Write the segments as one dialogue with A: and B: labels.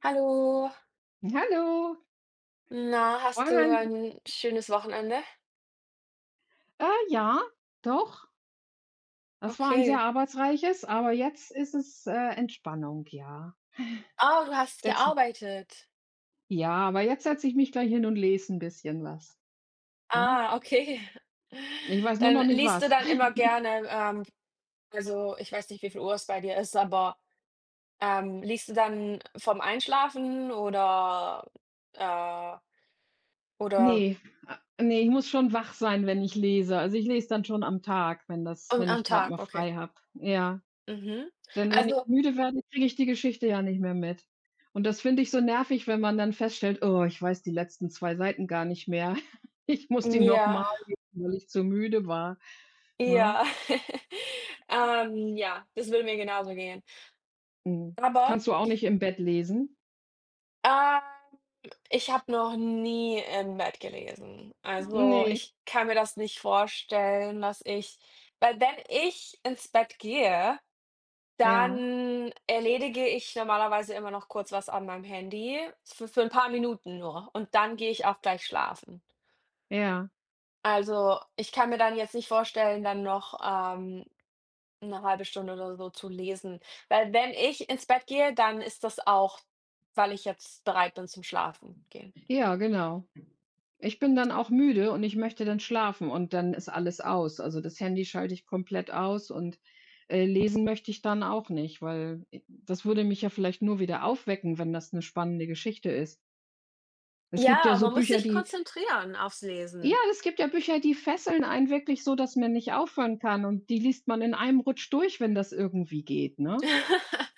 A: Hallo.
B: Hallo,
A: Na, hast du
B: wollen
A: ein schönes Wochenende?
B: äh, ja, doch. Das war ein sehr
A: Okay.
B: arbeitsreiches, aber jetzt ist es, Entspannung, ja.
A: Oh, du hast
B: Setz
A: gearbeitet.
B: Ja, aber jetzt setze ich mich gleich hin und lese ein bisschen was, ne?
A: Ah, okay.
B: Ich weiß nur
A: Dann
B: noch nicht
A: liest du
B: was.
A: dann immer gerne, also, ich weiß nicht, wie viel Uhr es bei dir ist, aber, liest du dann vorm Einschlafen äh oder
B: Ne, ne, Ich muss schon wach sein, wenn ich lese. Also, ich lese dann schon am Tag,
A: und
B: wenn
A: am
B: ich gerade mal
A: Tag, okay.
B: frei habe. Ja.
A: Mhm.
B: Denn wenn ich
A: Also,
B: müde werde, kriege ich die Geschichte ja nicht mehr mit. Und das finde ich so nervig, wenn man dann feststellt: „Oh, ich weiß die letzten 2 Seiten gar nicht mehr. Ich muss die nochmal
A: ja,
B: lesen, weil ich zu müde war.“ Ne?
A: ja. Ja, das würde mir genauso gehen.
B: Mhm.
A: Aber
B: Kannst du auch nicht im Bett lesen?
A: Ähm, ich habe noch nie im Bett gelesen. Also,
B: Ne.
A: ich kann mir das nicht vorstellen, dass ich, weil wenn ich ins Bett gehe,
B: Ja,
A: dann erledige ich normalerweise immer noch kurz was an meinem Handy, für 'n paar Minuten nur und dann gehe ich auch gleich schlafen.
B: ja.
A: Also, ich kann mir dann jetzt nicht vorstellen, dann noch, 'ne 1 Stunde oder so zu lesen, weil wenn ich ins Bett gehe, dann ist das auch, weil ich jetzt bereit bin zum Schlafen gehen.
B: Ja, genau. Ich bin dann auch müde und ich möchte dann schlafen und dann ist alles aus. Also, das Handy schalte ich komplett aus und, lesen möchte ich dann auch nicht, weil i das würde mich ja vielleicht nur wieder aufwecken, wenn das eine spannende Geschichte ist. Es gibt ja
A: Ja,
B: so
A: man muss
B: Bücher,
A: sich
B: die
A: konzentrieren aufs
B: Ja,
A: Lesen.
B: es gibt ja Bücher, die fesseln einen wirklich so, dass man nicht aufhören kann, und die liest man in einem Rutsch durch, wenn das irgendwie geht, ne?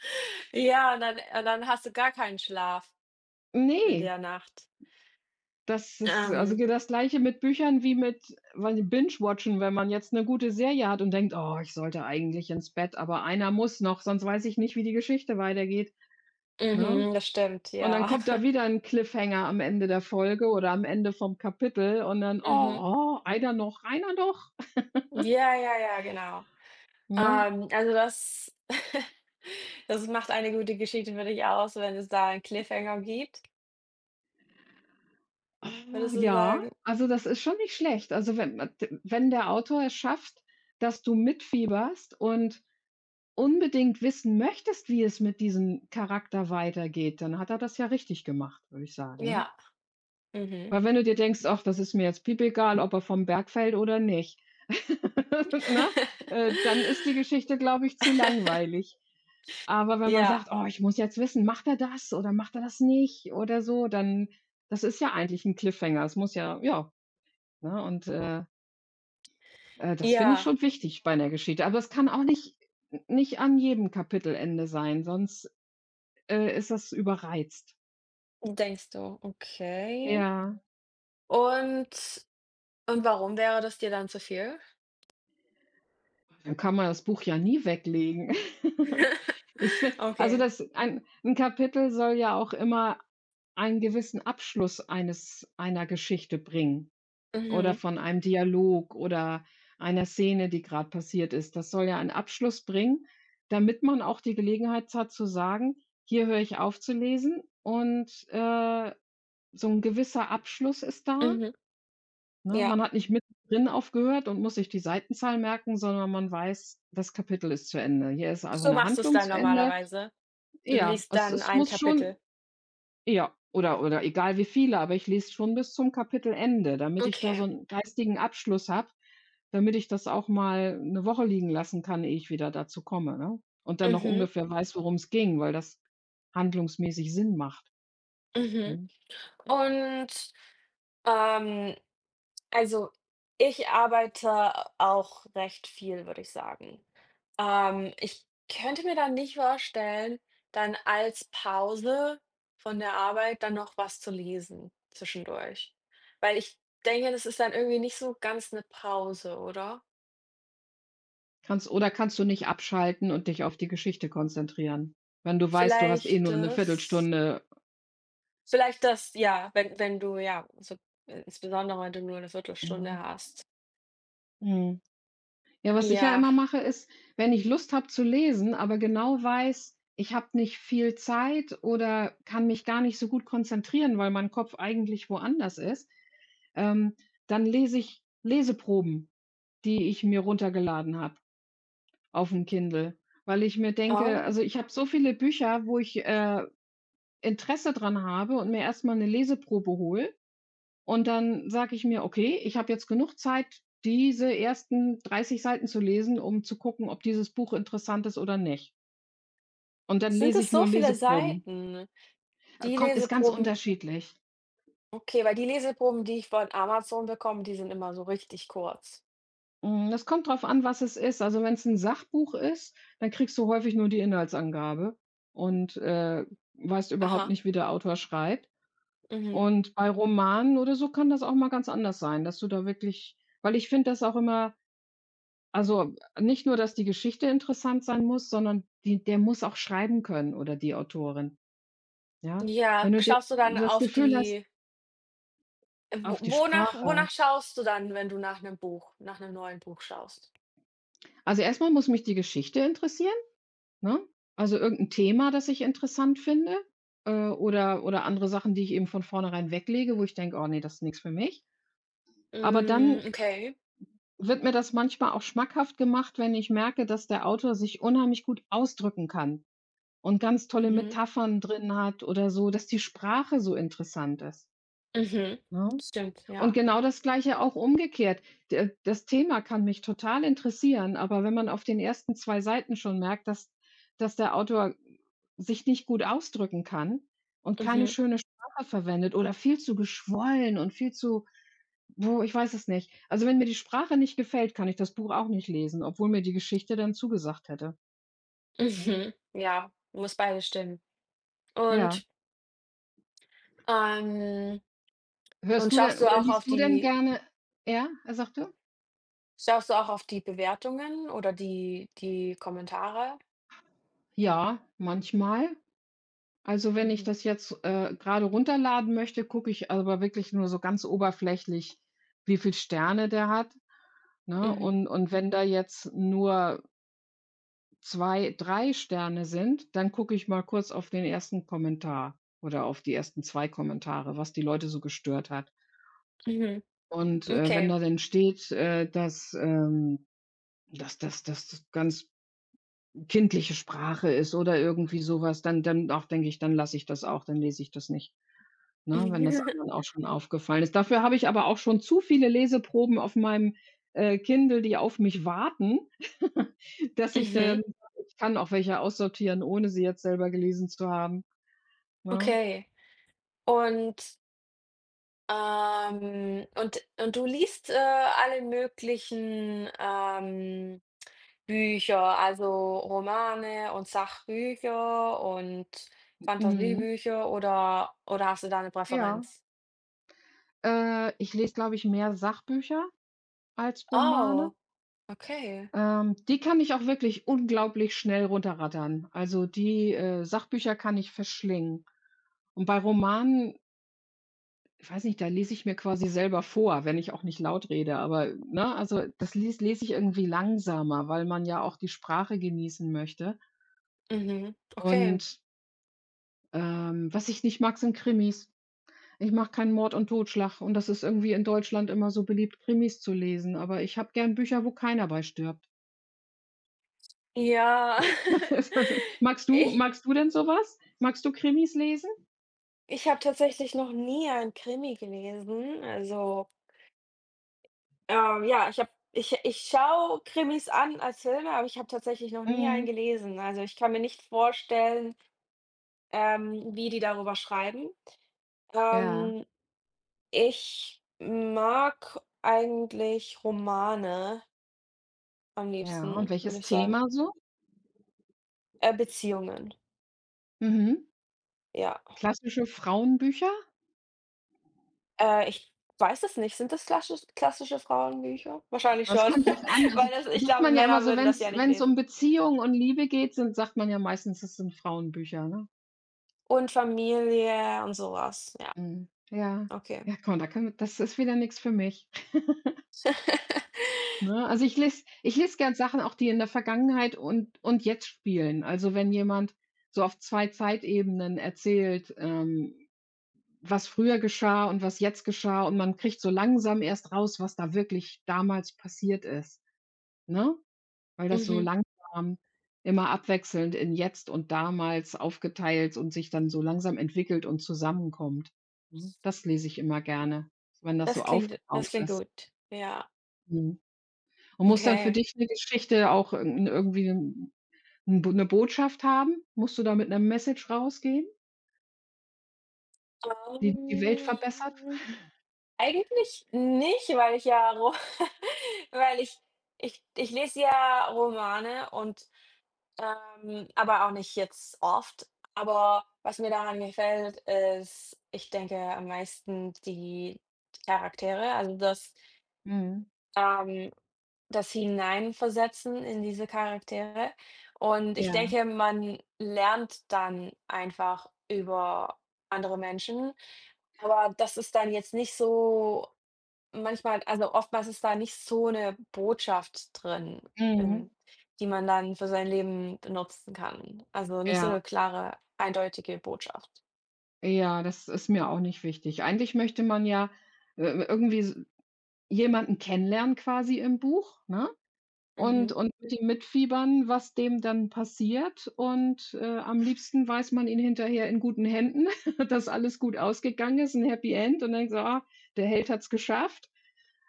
A: Ja, und dann hast du gar keinen Schlaf in
B: Nee.
A: der Nacht.
B: Das ist also
A: Ähm,
B: ge das Gleiche mit Büchern wie mit, weiß nicht, Binge-Watchen, wenn man jetzt eine gute Serie hat und denkt: „Oh, ich sollte eigentlich ins Bett, aber einer muss noch, sonst weiß ich nicht, wie die Geschichte weitergeht“, ne?
A: mhm, das stimmt,
B: Und dann
A: ja.
B: kommt da wieder ein Cliffhanger am Ende der Folge oder am Ende vom Kapitel und dann:
A: Mhm.
B: „Oh, einer noch“,
A: Ja, ja, ja, genau.
B: ne?
A: Also das das macht eine gute Geschichte für dich aus, wenn es da einen Cliffhanger gibt,
B: Ah,
A: würdest du
B: ja,
A: sagen?
B: also das ist schon nicht schlecht. Wenn der Autor es schafft, dass du mitfieberst und unbedingt wissen möchtest, wie es mit diesem Charakter weitergeht, dann hat er das ja richtig gemacht, würde ich sagen, ne?
A: Ja. Mhm.
B: Weil wenn du dir denkst: „Ach, das ist mir jetzt piepegal, ob er vom Berg fällt oder nicht“, ne? Dann ist die Geschichte, glaube ich, zu langweilig. Aber wenn man sagt:
A: Ja,
B: „Oh, ich muss jetzt wissen, macht er das oder macht er das nicht?“ oder so, dann, das ist ja eigentlich ein Cliffhanger. Es muss ja ja, Ne? Und, das finde ich
A: ja,
B: schon wichtig bei 'ner Geschichte. Aber es kann auch nicht an jedem Kapitelende sein, sonst, ist das überreizt?
A: denkst du, okay.
B: Ja.
A: Und Und warum wäre das dir dann zu viel?
B: Dann kann man das Buch ja nie weglegen. Ich finde, also
A: Okay.
B: das ein 'n Kapitel soll ja auch immer einen gewissen Abschluss eines einer Geschichte bringen oder
A: Mhm,
B: von einem Dialog oder einer Szene, die gerade passiert ist. Das soll ja einen Abschluss bringen, damit man auch die Gelegenheit hat zu sagen: „Hier höre ich auf zu lesen“, und, so ein gewisser Abschluss ist da.
A: mhm,
B: Ne, man
A: ja.
B: hat nicht mittendrin aufgehört und muss sich die Seitenzahl merken, sondern man weiß, das Kapitel ist zu Ende. Hier ist auch
A: So
B: eine
A: machst du es
B: Handlung
A: dann
B: zu Ende.
A: normalerweise? Du
B: Ja,
A: liest
B: es
A: dann
B: es
A: ein
B: muss schon,
A: Kapitel?
B: ja, oder egal wie viele, aber ich lese schon bis zum Kapitelende, damit ich da so
A: Okay.
B: einen geistigen Abschluss habe, damit ich das auch mal eine Woche liegen lassen kann, ehe ich wieder dazu komme, ne? Und dann noch
A: Mhm,
B: ungefähr weiß, worum es ging, weil das handlungsmäßig Sinn macht,
A: mhm.
B: ne?
A: Und, ähm also, ich arbeite auch recht viel, würde ich sagen. Ich könnte mir dann nicht vorstellen, dann als Pause von der Arbeit dann noch was zu lesen zwischendurch. Weil ich denke, das ist dann irgendwie nicht so ganz eine Pause, oder?
B: Kannst du nicht abschalten und dich auf die Geschichte konzentrieren, wenn du weißt, du hast eh
A: Vielleicht
B: nur eine
A: das
B: Viertelstunde.
A: vielleicht das, ja, wenn du ja, so insbesondere wenn du nur eine Viertelstunde
B: Mhm,
A: hast.
B: mhm. Ja, was ich ja
A: Ja,
B: immer mache, ist, wenn ich Lust habe zu lesen, aber genau weiß, ich habe nicht viel Zeit oder kann mich gar nicht so gut konzentrieren, weil mein Kopf eigentlich woanders ist, ähm, dann lese ich Leseproben, die ich mir runtergeladen habe auf dem Kindle, weil ich mir denke,
A: oh,
B: also, ich habe so viele Bücher, wo ich, Interesse dran habe, und mir erst mal 'ne Leseprobe hole, und dann sage ich mir: „Okay, ich habe jetzt genug Zeit, diese ersten 30 Seiten zu lesen, um zu gucken, ob dieses Buch interessant ist oder nicht.“ Und dann
A: sind
B: lese ich
A: es
B: nur
A: so viele
B: Leseproben.
A: Seiten? Die
B: Kommt Ist ganz
A: Leseproben.
B: unterschiedlich.
A: Okay, weil die Leseproben, die ich von Amazon bekomme, die sind immer so richtig kurz.
B: Hm, das kommt drauf an, was es ist. Also, wenn es ein Sachbuch ist, dann kriegst du häufig nur die Inhaltsangabe und, weißt überhaupt
A: Aha,
B: nicht, wie der Autor schreibt.
A: mhm.
B: Und bei Romanen oder so kann das auch mal ganz anders sein, dass du da wirklich, weil ich finde das auch immer Also, nicht nur, dass die Geschichte interessant sein muss, sondern die der muss auch schreiben können, oder die Autorin, ja?
A: Ja,
B: Wenn du de
A: schaust du dann
B: Das
A: auf
B: Gefühl hast
A: die wo
B: auf die
A: wonach
B: Sprache.
A: wonach schaust du dann, wenn du nach einem neuen Buch schaust?
B: Also, erstmal muss mich die Geschichte interessieren, ne? Also, irgendein Thema, das ich interessant finde, oder andere Sachen, die ich eben von vornherein weglege, wo ich denke: „Oh nee, das ist nichts für mich.“ Aber dann
A: Hm, okay.
B: wird mir das manchmal auch schmackhaft gemacht, wenn ich merke, dass der Autor sich unheimlich gut ausdrücken kann. Und ganz tolle
A: Mhm,
B: Metaphern drin hat oder so, dass die Sprache so interessant ist,
A: mhm.
B: ne?
A: Stimmt,
B: Und
A: ja.
B: genau das Gleiche auch umgekehrt. D Das Thema kann mich total interessieren, aber wenn man auf den ersten 2 Seiten schon merkt, dass der Autor sich nicht gut ausdrücken kann und keine
A: Mhm,
B: schöne Sprache verwendet oder viel zu geschwollen und viel zu, wo ich weiß es nicht. Also, wenn mir die Sprache nicht gefällt, kann ich das Buch auch nicht lesen, obwohl mir die Geschichte dann zugesagt hätte. Mhm.
A: mhm. Ja, muss beides stimmen.
B: Ja.
A: Und, ähm
B: Hörst
A: und
B: du denn oder Liest du denn gerne, ja, er sagte
A: schaust du auch auf die Bewertungen oder die Kommentare?
B: Ja, manchmal. Also, wenn ich
A: Mhm,
B: das jetzt, grade runterladen möchte, gucke ich aber wirklich nur so ganz oberflächlich, wie viel Sterne der hat, ne?
A: mhm,
B: Und wenn da jetzt nur 2 3 Sterne sind, dann gucke ich mal kurz auf den ersten Kommentar oder auf die ersten 2 Kommentare, was die Leute so gestört hat.
A: mhm.
B: Und, wenn
A: Okay.
B: da dann steht, dass, das ganz kindliche Sprache ist oder irgendwie so was, dann dann auch denke ich, dann lasse ich das auch, dann lese ich das nicht, ne, wenn das
A: Mhm,
B: anderen auch schon aufgefallen ist. Dafür habe ich aber auch schon zu viele Leseproben auf meinem, Kindle, die auf mich warten, dass ich dann,
A: Mhm.
B: ich kann auch welche aussortieren, ohne sie jetzt selber gelesen zu haben, ne?
A: Okay. Und, und du liest, alle möglichen, Bücher, also Romane und Sachbücher und
B: Mhm.
A: Fantasiebücher oder hast du da eine
B: Ja,
A: Präferenz?
B: ich lese, glaube ich, mehr Sachbücher als Romane.
A: Oh, okay.
B: Die kann ich auch wirklich unglaublich schnell runterrattern. Also die, Sachbücher kann ich verschlingen. Und bei Romanen, ich weiß nicht, da lese ich mir quasi selber vor, wenn ich auch nicht laut rede, aber, ne, also das lese ich irgendwie langsamer, weil man ja auch die Sprache genießen möchte.
A: Mhm, okay.
B: Und, was ich nicht mag, sind Krimis. Ich mache keinen Mord und Totschlag, und das ist irgendwie in Deutschland immer so beliebt, Krimis zu lesen, aber ich habe gern Bücher, wo keiner bei stirbt.
A: Ja,
B: Magst du
A: ich
B: magst du denn so was? Magst du Krimis lesen?
A: ich habe tatsächlich noch nie einen Krimi gelesen, also. Ja, ich habe ich schaue Krimis an als Filme, aber ich habe tatsächlich noch nie
B: Mhm.
A: einen gelesen. Also, ich kann mir nicht vorstellen, wie die darüber schreiben.
B: Ja,
A: Ähm, Ich mag eigentlich Romane am
B: ja. Und
A: liebsten, würde
B: welches
A: ich sagen.
B: Thema so?
A: Beziehungen,
B: Mhm.
A: ja.
B: Klassische Frauenbücher?
A: Ich weiß es nicht. Sind das klassische Frauenbücher? Wahrscheinlich
B: Ja, es
A: schon,
B: kommt drauf an. Also,
A: weil das ich
B: sagt
A: glaube,
B: man ja immer
A: Männer
B: so,
A: würden
B: wenn
A: das ja
B: es
A: nicht
B: um
A: lesen.
B: Beziehung und Liebe geht, sind sagt man ja meistens, das sind Frauenbücher, ne?
A: Und Familie und so was. Ja,
B: Mhm. Ja.
A: okay.
B: Ja, komm, da kann das ist wieder nichts für mich. Ne? Also, ich lese gern Sachen auch, die in der Vergangenheit und jetzt spielen. Also, wenn jemand so auf 2 Zeitebenen erzählt, was früher geschah und was jetzt geschah, und man kriegt so langsam erst raus, was da wirklich damals passiert ist, ne? Weil das so
A: Mhm.
B: langsam immer abwechselnd in jetzt und damals aufgeteilt und sich dann so langsam entwickelt und zusammenkommt. Mhm. Das lese ich immer gerne, wenn das so
A: Das klingt
B: aufgebaut
A: das klingt
B: ist.
A: gut. Ja,
B: Mhm. Und muss dann für
A: okay.
B: dich 'ne Geschichte auch irgendwie 'n 'n Bo 'ne Botschaft haben? Musst du da mit 'ner Message rausgehen, die die Welt verbessert?
A: Ähm, Eigentlich nicht, weil ich ja Ro weil ich ich lese ja Romane und, aber auch nicht jetzt oft. Aber was mir daran gefällt, ist, ich denke, am meisten die Charaktere. Also, das.
B: Mhm.
A: ähm Das Hineinversetzen in diese Charaktere und ich
B: Ja.
A: denke, man lernt dann einfach über andere Menschen, aber das ist dann jetzt nicht so, manchmal, also oftmals ist da nicht so eine Botschaft drin,
B: Mhm.
A: ähm, die man dann für sein Leben benutzen kann. Also, nicht so
B: Ja,
A: eine klare, eindeutige Botschaft.
B: ja, das ist mir auch nicht wichtig. Eigentlich möchte man ja, irgendwie s jemanden kennenlernen quasi im Buch, ne?
A: Mhm.
B: Und mit dem mitfiebern, was dem dann passiert, und, am liebsten weiß man ihn hinterher in guten Händen, dass alles gut ausgegangen ist, ein Happy End, und denkt so: „Ah, der Held hat es geschafft.“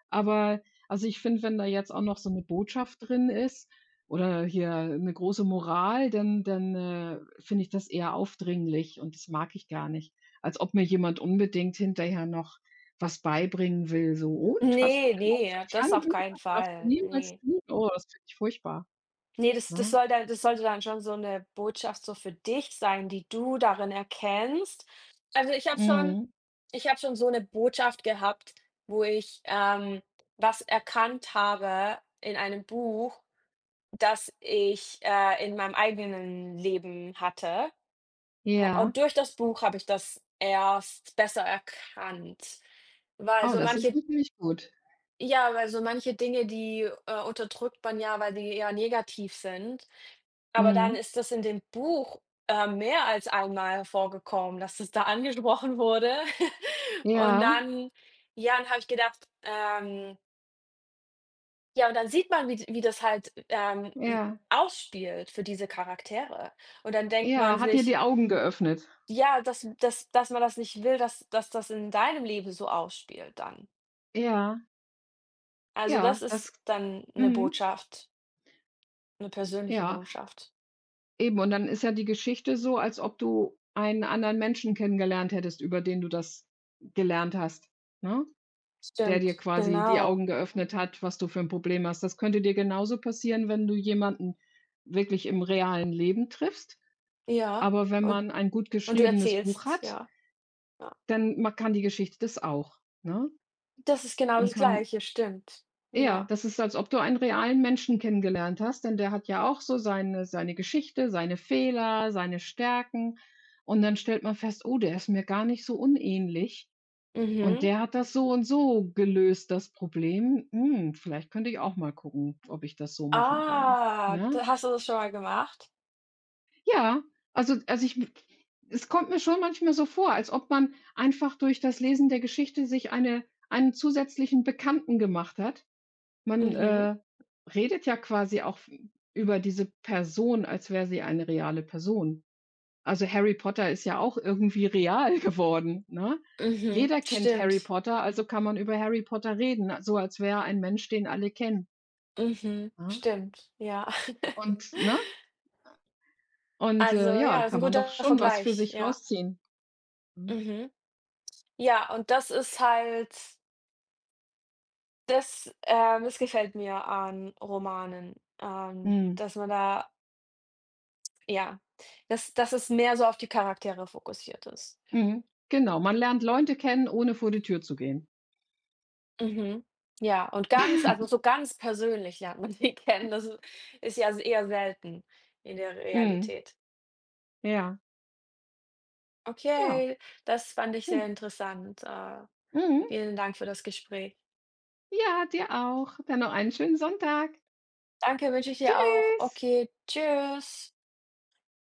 B: aber also, ich finde, wenn da jetzt auch noch so 'ne Botschaft drin ist oder hier 'ne große Moral, dann finde ich das eher aufdringlich, und das mag ich gar nicht. Als ob mir jemand unbedingt hinterher noch was beibringen will, so: „Und, hast du
A: Nee,
B: denn auch
A: ne, das auf
B: verstanden?
A: keinen
B: Das darfst du
A: Fall,
B: niemals
A: nee.
B: tun.“ Oh, das finde ich furchtbar,
A: Ne, das das
B: ne?
A: soll dann das sollte dann schon so eine Botschaft so für dich sein, die du darin erkennst. Also, ich habe schon
B: Mhm.
A: ich habe schon so eine Botschaft gehabt, wo ich, was erkannt habe in einem Buch, das ich, in meinem eigenen Leben hatte.
B: Ja.
A: Und durch das Buch habe ich das erst besser erkannt, weil
B: Oh,
A: so
B: das ist
A: manche
B: natürlich gut.
A: ja, weil so manche Dinge, die, unterdrückt man ja, weil die eher negativ sind. Aber dann
B: Mhm.
A: ist das in dem Buch, mehr als einmal vorgekommen, dass das da angesprochen wurde. Und
B: Ja,
A: dann ja, dann habe ich gedacht, ja, und dann sieht man, wie das halt,
B: ja,
A: ausspielt für diese Charaktere. Und dann denkt man
B: ja, hat dir
A: sich,
B: die Augen geöffnet.
A: ja, dass man das nicht will, dass das in deinem Leben so ausspielt dann.
B: Ja,
A: Also,
B: ja,
A: das
B: das
A: ist dann eine
B: Mhm,
A: Botschaft. 'Ne persönliche
B: ja.
A: Botschaft.
B: Eben, und dann ist ja die Geschichte so, als ob du einen anderen Menschen kennengelernt hättest, über den du das gelernt hast, ne? Der dir
A: Stimmt,
B: quasi die
A: genau.
B: Augen geöffnet hat, was du für 'n Problem hast. Das könnte dir genauso passieren, wenn du jemanden wirklich im realen Leben triffst.
A: Ja,
B: Aber wenn
A: und
B: man ein gut
A: und du
B: geschriebenes Buch
A: erzählst,
B: hat,
A: ja, ja.
B: dann ma kann die Geschichte das auch, ne?
A: Das ist genau
B: Und
A: das
B: kann,
A: Gleiche, stimmt.
B: ja,
A: Ja.
B: das ist, als ob du einen realen Menschen kennengelernt hast, denn der hat ja auch so seine Geschichte, seine Fehler, seine Stärken. Und dann stellt man fest: „Oh, der ist mir gar nicht so unähnlich, und
A: Mhm.
B: der hat das so und so gelöst, das Problem. Hm, vielleicht könnte ich auch mal gucken, ob ich das so machen kann“,
A: Ah,
B: ne?
A: da hast du das schon mal gemacht?
B: Ja, also, ich, es kommt mir schon manchmal so vor, als ob man einfach durch das Lesen der Geschichte sich einen zusätzlichen Bekannten gemacht hat. Man,
A: Mhm,
B: redet ja quasi auch f über diese Person, als wäre sie eine reale Person. Also, Harry Potter ist ja auch irgendwie real geworden, ne?
A: mhm,
B: Jeder kennt Harry
A: stimmt.
B: Potter, also kann man über Harry Potter reden, so als wäre er ein Mensch, den alle kennen,
A: Mhm,
B: ne?
A: stimmt, ja.
B: Und ne? Und,
A: Also,
B: ja,
A: ja, ist 'n
B: kann man doch
A: guter
B: schon was für
A: Vergleich,
B: sich
A: ja.
B: rausziehen. Mhm.
A: Mhm. Ja, und das ist halt das, das gefällt mir an Romanen,
B: Mhm.
A: dass man da, ja, dass es mehr so auf die Charaktere fokussiert ist.
B: Mhm. Genau, man lernt Leute kennen, ohne vor die Tür zu gehen.
A: Mhm. Ja, und ganz, also, so ganz persönlich lernt man die kennen. Das ist ja eher selten in der
B: Mhm.
A: Realität.
B: Ja, ja.
A: Okay, das fand ich
B: Mhm.
A: sehr interessant.
B: Mhm.
A: Vielen Dank für das Gespräch.
B: Ja, dir auch. Dann noch einen schönen Sonntag.
A: Danke, wünsche ich dir auch.
B: Tschüss.
A: Okay, tschüss.